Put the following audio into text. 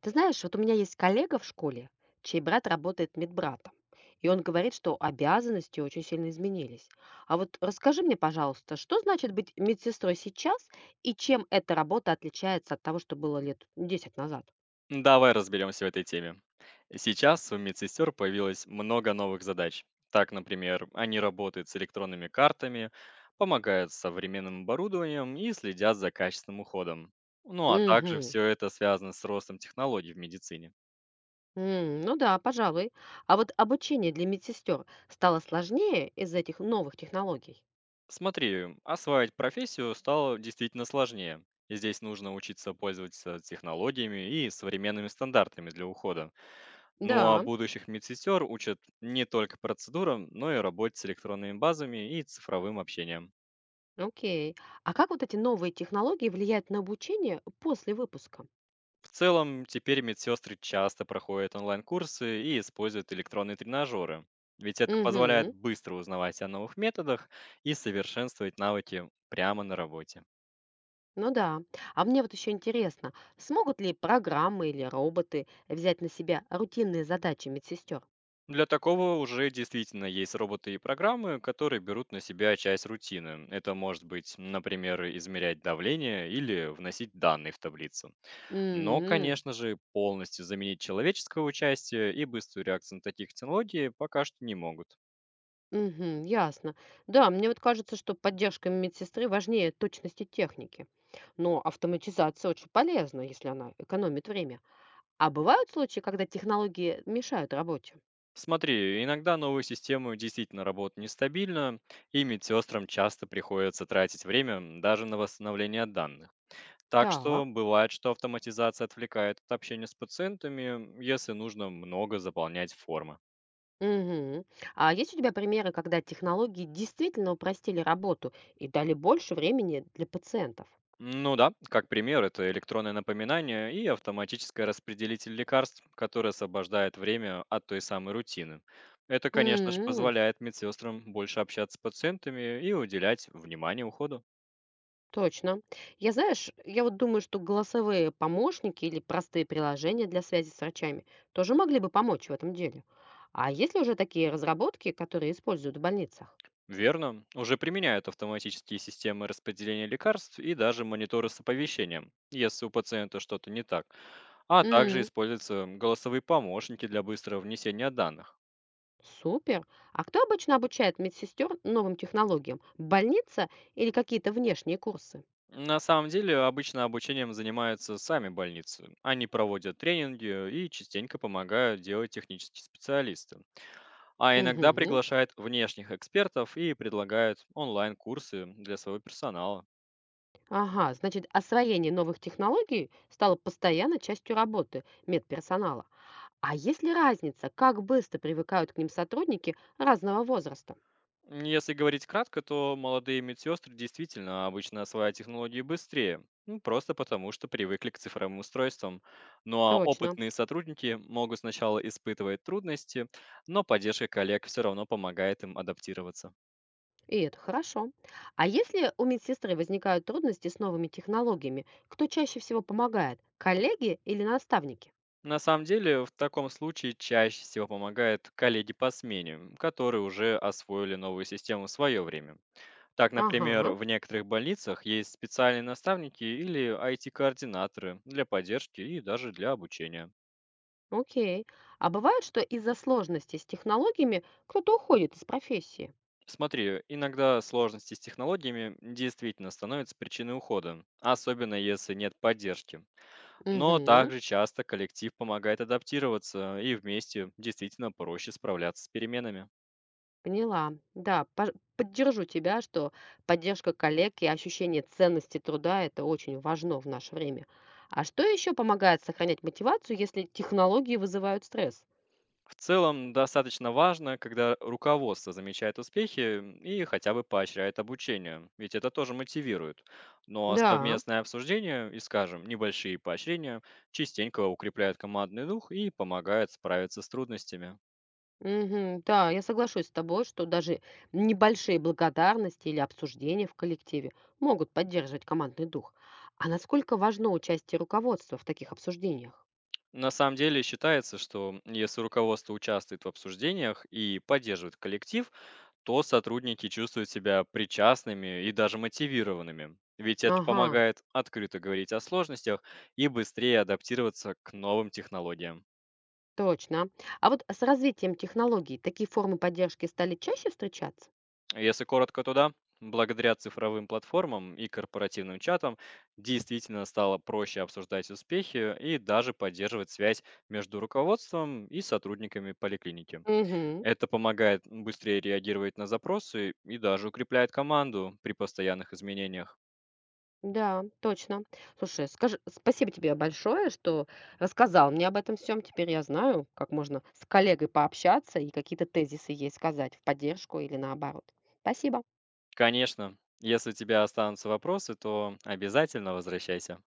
Ты знаешь, вот у меня есть коллега в школе, чей брат работает медбратом. И он говорит, что обязанности очень сильно изменились. А вот расскажи мне, пожалуйста, что значит быть медсестрой сейчас и чем эта работа отличается от того, что было лет десять назад? Давай разберемся в этой теме. Сейчас у медсестер появилось много новых задач. Так, например, они работают с электронными картами, помогают с современным оборудованием и следят за качественным уходом. Ну а также Угу. все это связано с ростом технологий в медицине. Ну да, пожалуй. А вот обучение для медсестер стало сложнее из-за этих новых технологий? Смотри, осваивать профессию стало действительно сложнее. Здесь нужно учиться пользоваться технологиями и современными стандартами для ухода. Ну а Да, будущих медсестер учат не только процедурам, но и работе с электронными базами и цифровым общением. окей. А как вот эти новые технологии влияют на обучение после выпуска? В целом, теперь медсестры часто проходят онлайн-курсы и используют электронные тренажеры, ведь это позволяет Угу. быстро узнавать о новых методах и совершенствовать навыки прямо на работе. Ну да. А мне вот еще интересно, смогут ли программы или роботы взять на себя рутинные задачи медсестер? Для такого уже действительно есть роботы и программы, которые берут на себя часть рутины. Это может быть, например, измерять давление или вносить данные в таблицу. Но, М, конечно же, полностью заменить человеческое участие и быструю реакцию на таких технологий пока что не могут. Ясно. Да, мне вот кажется, что поддержка медсестры важнее точности техники. Но автоматизация очень полезна, если она экономит время. А бывают случаи, когда технологии мешают работе? Смотри, иногда новые системы действительно работают нестабильно, и медсестрам часто приходится тратить время даже на восстановление данных. Так Так. что бывает, что автоматизация отвлекает от общения с пациентами, если нужно много заполнять формы. Мгм. А есть у тебя примеры, когда технологии действительно упростили работу и дали больше времени для пациентов? Ну да, как пример, это электронное напоминание и автоматическое распределитель лекарств, который освобождает время от той самой рутины. Это, конечно же, М, позволяет медсестрам больше общаться с пациентами и уделять внимание уходу. Точно. Я вот думаю, что голосовые помощники или простые приложения для связи с врачами тоже могли бы помочь в этом деле. А есть ли уже такие разработки, которые используют в больницах? Верно, уже применяют автоматические системы распределения лекарств и даже мониторы с оповещением, если у пациента что-то не так. А также М, используются голосовые помощники для быстрого внесения данных. супер. А кто обычно обучает медсестер новым технологиям? Больница или какие-то внешние курсы? На самом деле, обычно обучением занимаются сами больницы. Они проводят тренинги и частенько помогают делать технические специалисты. А иногда Мгм. приглашают внешних экспертов и предлагают онлайн-курсы для своего персонала. Ага, значит, освоение новых технологий стало постоянно частью работы медперсонала. А есть ли разница, как быстро привыкают к ним сотрудники разного возраста? Если говорить кратко, то молодые медсестры действительно обычно осваивают технологии быстрее, ну, просто потому что привыкли к цифровым устройствам. Ну а Точно. опытные сотрудники могут сначала испытывать трудности, но поддержка коллег все равно помогает им адаптироваться. И это хорошо. А если у медсестры возникают трудности с новыми технологиями, кто чаще всего помогает? Коллеги или наставники? На самом деле, в таком случае чаще всего помогают коллеги по смене, которые уже освоили новую систему в свое время. Так, например, Ага, в некоторых больницах есть специальные наставники или IT-координаторы для поддержки и даже для обучения. окей. А бывает, что из-за сложностей с технологиями кто-то уходит из профессии? Смотри, иногда сложности с технологиями действительно становятся причиной ухода, особенно если нет поддержки. Но Угу, также часто коллектив помогает адаптироваться и вместе действительно проще справляться с переменами. поняла. Да, поддержу тебя, что поддержка коллег и ощущение ценности труда– это очень важно в наше время. А что еще помогает сохранять мотивацию, если технологии вызывают стресс? В целом, достаточно важно, когда руководство замечает успехи, и хотя бы поощряет обучение, ведь это тоже мотивирует. Но Да. совместное обсуждение и, скажем, небольшие поощрения частенько укрепляют командный дух и помогают справиться с трудностями. Мгм. Да, я соглашусь с тобой, что даже небольшие благодарности или обсуждения в коллективе могут поддерживать командный дух. А насколько важно участие руководства в таких обсуждениях? На самом деле считается, что если руководство участвует в обсуждениях и поддерживает коллектив, то сотрудники чувствуют себя причастными и даже мотивированными. Ведь это Ага, помогает открыто говорить о сложностях и быстрее адаптироваться к новым технологиям. точно. А вот с развитием технологий такие формы поддержки стали чаще встречаться? Если коротко туда, благодаря цифровым платформам и корпоративным чатам действительно стало проще обсуждать успехи и даже поддерживать связь между руководством и сотрудниками поликлиники. Угу. Это помогает быстрее реагировать на запросы и даже укрепляет команду при постоянных изменениях. Да, точно. Слушай, скажи, спасибо тебе большое, что рассказал мне об этом всем. Теперь я знаю, как можно с коллегой пообщаться и какие-то тезисы ей сказать в поддержку или наоборот. Спасибо. Конечно, если у тебя останутся вопросы, то обязательно возвращайся.